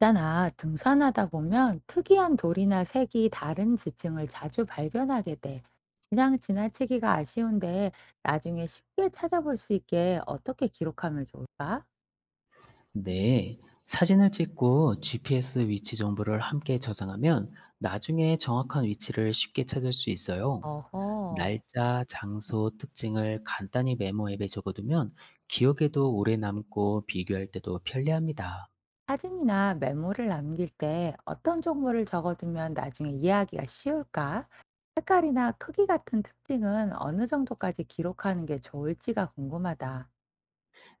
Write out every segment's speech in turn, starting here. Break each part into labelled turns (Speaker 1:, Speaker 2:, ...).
Speaker 1: 있잖아, 등산하다 보면 특이한 돌이나 색이 다른 지층을 자주 발견하게 돼. 그냥 지나치기가 아쉬운데 나중에 쉽게 찾아볼 수 있게 어떻게 기록하면 좋을까?
Speaker 2: 네, 사진을 찍고 GPS 위치 정보를 함께 저장하면 나중에 정확한 위치를 쉽게 찾을 수 있어요.
Speaker 1: 어허.
Speaker 2: 날짜, 장소, 특징을 간단히 메모 앱에 적어두면 기억에도 오래 남고 비교할 때도 편리합니다.
Speaker 1: 사진이나 메모를 남길 때 어떤 정보를 적어두면 나중에 이해하기가 쉬울까? 색깔이나 크기 같은 특징은 어느 정도까지 기록하는 게 좋을지가 궁금하다.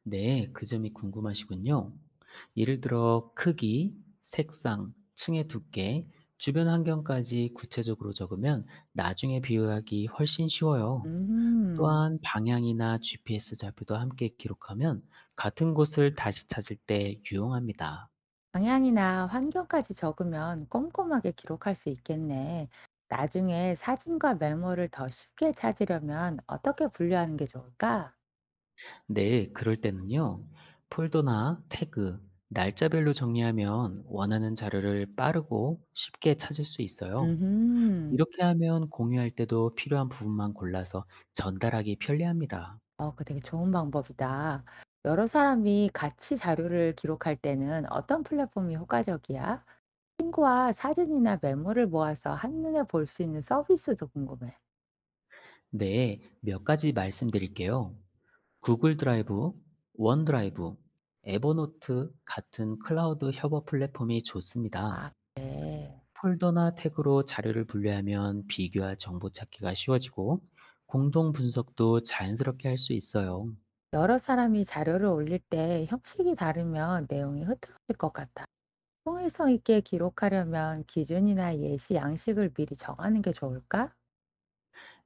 Speaker 2: 네, 그 점이 궁금하시군요. 예를 들어 크기, 색상, 층의 두께, 주변 환경까지 구체적으로 적으면 나중에 비교하기 훨씬 쉬워요.
Speaker 1: 음.
Speaker 2: 또한 방향이나 GPS 좌표도 함께 기록하면 같은 곳을 다시 찾을 때 유용합니다.
Speaker 1: 방향이나 환경까지 적으면 꼼꼼하게 기록할 수 있겠네. 나중에 사진과 메모를 더 쉽게 찾으려면 어떻게 분류하는 게 좋을까?
Speaker 2: 네, 그럴 때는요. 폴더나 태그, 날짜별로 정리하면 원하는 자료를 빠르고 쉽게 찾을 수 있어요.
Speaker 1: 음,
Speaker 2: 이렇게 하면 공유할 때도 필요한 부분만 골라서 전달하기 편리합니다.
Speaker 1: 어, 그 되게 좋은 방법이다. 여러 사람이 같이 자료를 기록할 때는 어떤 플랫폼이 효과적이야? 친구와 사진이나 메모를 모아서 한눈에 볼 수 있는 서비스도 궁금해.
Speaker 2: 네, 몇 가지 말씀드릴게요. 구글 드라이브, 원드라이브, 에버노트 같은 클라우드 협업 플랫폼이 좋습니다.
Speaker 1: 아, 그래.
Speaker 2: 폴더나 태그로 자료를 분류하면 비교와 정보 찾기가 쉬워지고 공동 분석도 자연스럽게 할 수 있어요.
Speaker 1: 여러 사람이 자료를 올릴 때 형식이 다르면 내용이 흐트러질 것 같아. 통일성 있게 기록하려면 기준이나 예시, 양식을 미리 정하는 게 좋을까?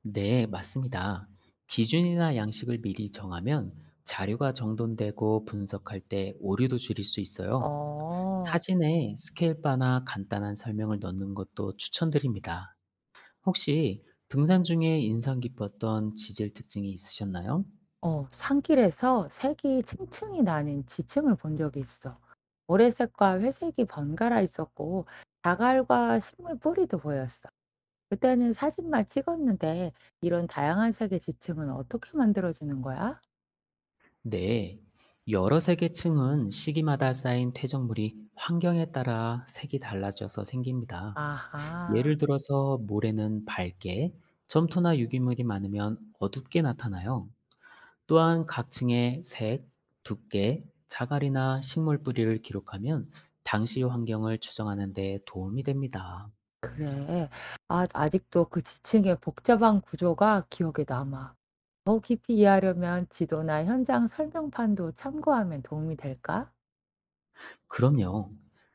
Speaker 2: 네, 맞습니다. 기준이나 양식을 미리 정하면 자료가 정돈되고 분석할 때 오류도 줄일 수 있어요.
Speaker 1: 어,
Speaker 2: 사진에 스케일바나 간단한 설명을 넣는 것도 추천드립니다. 혹시 등산 중에 인상 깊었던 지질 특징이 있으셨나요?
Speaker 1: 어, 산길에서 색이 층층이 나는 지층을 본 적이 있어. 모래색과 회색이 번갈아 있었고, 자갈과 식물 뿌리도 보였어. 그때는 사진만 찍었는데, 이런 다양한 색의 지층은 어떻게 만들어지는 거야?
Speaker 2: 네, 여러 세계층은 시기마다 쌓인 퇴적물이 환경에 따라 색이 달라져서 생깁니다.
Speaker 1: 아하.
Speaker 2: 예를 들어서 모래는 밝게, 점토나 유기물이 많으면 어둡게 나타나요. 또한 각 층의 색, 두께, 자갈이나 식물 뿌리를 기록하면 당시 환경을 추정하는 데 도움이 됩니다.
Speaker 1: 그래. 아 아직도 그 지층의 복잡한 구조가 기억에 남아. 더 깊이 이해하려면 지도나 현장 설명판도 참고하면 도움이 될까?
Speaker 2: 그럼요.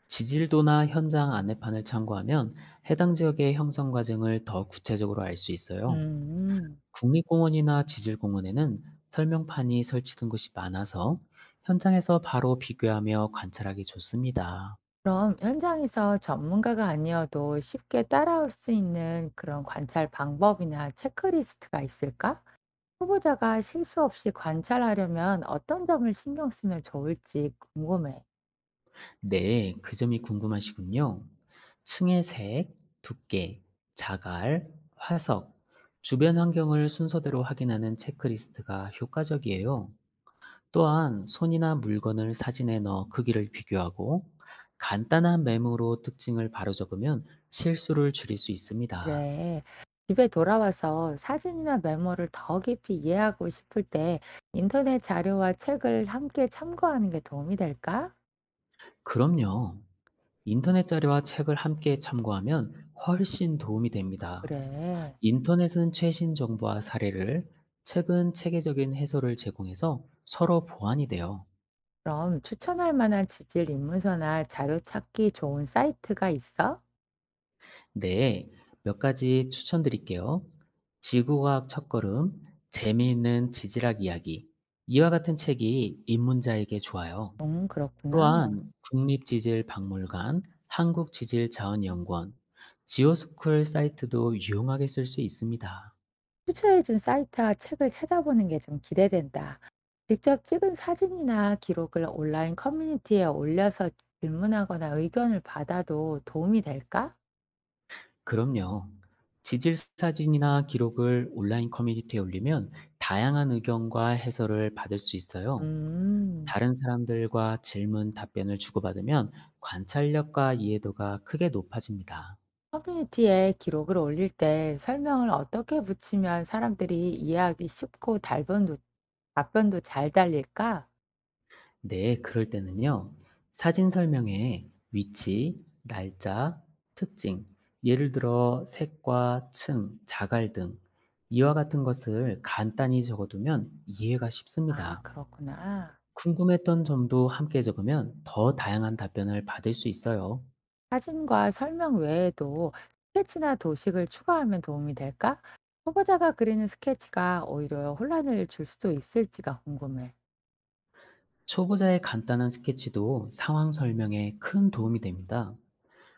Speaker 2: 지질도나 현장 안내판을 참고하면 해당 지역의 형성 과정을 더 구체적으로 알 수 있어요.
Speaker 1: 음,
Speaker 2: 국립공원이나 지질공원에는 설명판이 설치된 곳이 많아서 현장에서 바로 비교하며 관찰하기 좋습니다.
Speaker 1: 그럼 현장에서 전문가가 아니어도 쉽게 따라올 수 있는 그런 관찰 방법이나 체크리스트가 있을까? 후보자가 실수 없이 관찰하려면 어떤 점을 신경 쓰면 좋을지 궁금해.
Speaker 2: 네, 그 점이 궁금하시군요. 층의 색, 두께, 자갈, 화석, 주변 환경을 순서대로 확인하는 체크리스트가 효과적이에요. 또한 손이나 물건을 사진에 넣어 크기를 비교하고 간단한 메모로 특징을 바로 적으면 실수를 줄일 수 있습니다.
Speaker 1: 그래. 집에 돌아와서 사진이나 메모를 더 깊이 이해하고 싶을 때 인터넷 자료와 책을 함께 참고하는 게 도움이 될까?
Speaker 2: 그럼요. 인터넷 자료와 책을 함께 참고하면 훨씬 도움이 됩니다.
Speaker 1: 그래.
Speaker 2: 인터넷은 최신 정보와 사례를, 책은 체계적인 해설을 제공해서 서로 보완이 돼요.
Speaker 1: 그럼 추천할 만한 지질 입문서나 자료 찾기 좋은 사이트가 있어?
Speaker 2: 네, 몇 가지 추천드릴게요. 지구과학 첫걸음, 재미있는 지질학 이야기. 이와 같은 책이 입문자에게 좋아요.
Speaker 1: 그렇구나.
Speaker 2: 또한 국립지질박물관, 한국지질자원연구원, 지오스쿨 사이트도 유용하게 쓸 수 있습니다.
Speaker 1: 추천해준 사이트와 책을 찾아보는 게 좀 기대된다. 직접 찍은 사진이나 기록을 온라인 커뮤니티에 올려서 질문하거나 의견을 받아도 도움이 될까?
Speaker 2: 그럼요. 지질 사진이나 기록을 온라인 커뮤니티에 올리면 다양한 의견과 해설을 받을 수 있어요.
Speaker 1: 음.
Speaker 2: 다른 사람들과 질문, 답변을 주고받으면 관찰력과 이해도가 크게 높아집니다.
Speaker 1: 커뮤니티에 기록을 올릴 때 설명을 어떻게 붙이면 사람들이 이해하기 쉽고 답변도 잘 달릴까?
Speaker 2: 네, 그럴 때는요. 사진 설명에 위치, 날짜, 특징, 예를 들어 색과 층, 자갈 등 이와 같은 것을 간단히 적어두면 이해가
Speaker 1: 아,
Speaker 2: 쉽습니다.
Speaker 1: 그렇구나.
Speaker 2: 궁금했던 점도 함께 적으면 더 다양한 답변을 받을 수 있어요.
Speaker 1: 사진과 설명 외에도 스케치나 도식을 추가하면 도움이 될까? 초보자가 그리는 스케치가 오히려 혼란을 줄 수도 있을지가 궁금해.
Speaker 2: 초보자의 간단한 스케치도 상황 설명에 큰 도움이 됩니다.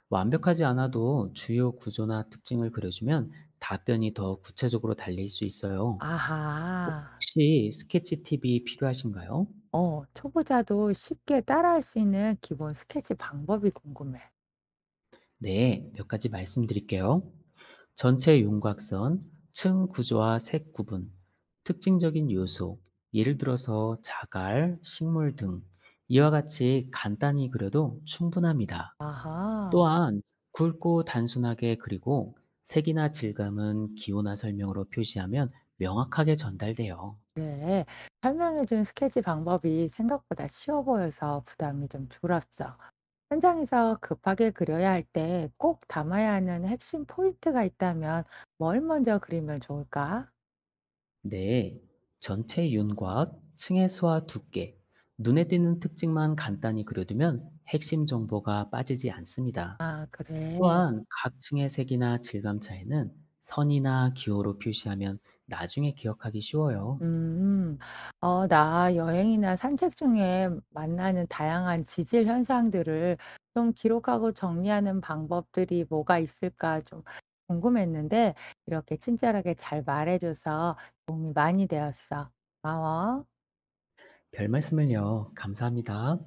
Speaker 2: 완벽하지 않아도 주요 구조나 특징을 그려주면 답변이 더 구체적으로 달릴 수 있어요.
Speaker 1: 아하.
Speaker 2: 혹시 스케치 팁이 필요하신가요?
Speaker 1: 어, 초보자도 쉽게 따라할 수 있는 기본 스케치 방법이 궁금해.
Speaker 2: 네, 몇 가지 말씀드릴게요. 전체 윤곽선, 층 구조와 색 구분, 특징적인 요소, 예를 들어서 자갈, 식물 등 이와 같이 간단히 그려도 충분합니다.
Speaker 1: 아하.
Speaker 2: 또한 굵고 단순하게 그리고 색이나 질감은 기호나 설명으로 표시하면 명확하게 전달돼요.
Speaker 1: 네. 설명해 준 스케치 방법이 생각보다 쉬워 보여서 부담이 좀 줄었어. 현장에서 급하게 그려야 할 때 꼭 담아야 하는 핵심 포인트가 있다면 뭘 먼저 그리면 좋을까?
Speaker 2: 네, 전체 윤곽, 층의 수와 두께, 눈에 띄는 특징만 간단히 그려두면 핵심 정보가 빠지지 않습니다.
Speaker 1: 아, 그래.
Speaker 2: 또한 각 층의 색이나 질감 차이는 선이나 기호로 표시하면 나중에 기억하기 쉬워요.
Speaker 1: 음. 어 나 여행이나 산책 중에 만나는 다양한 지질 현상들을 좀 기록하고 정리하는 방법들이 뭐가 있을까 좀 궁금했는데 이렇게 친절하게 잘 말해 줘서 도움이 많이 되었어. 고마워.
Speaker 2: 별 말씀을요. 감사합니다.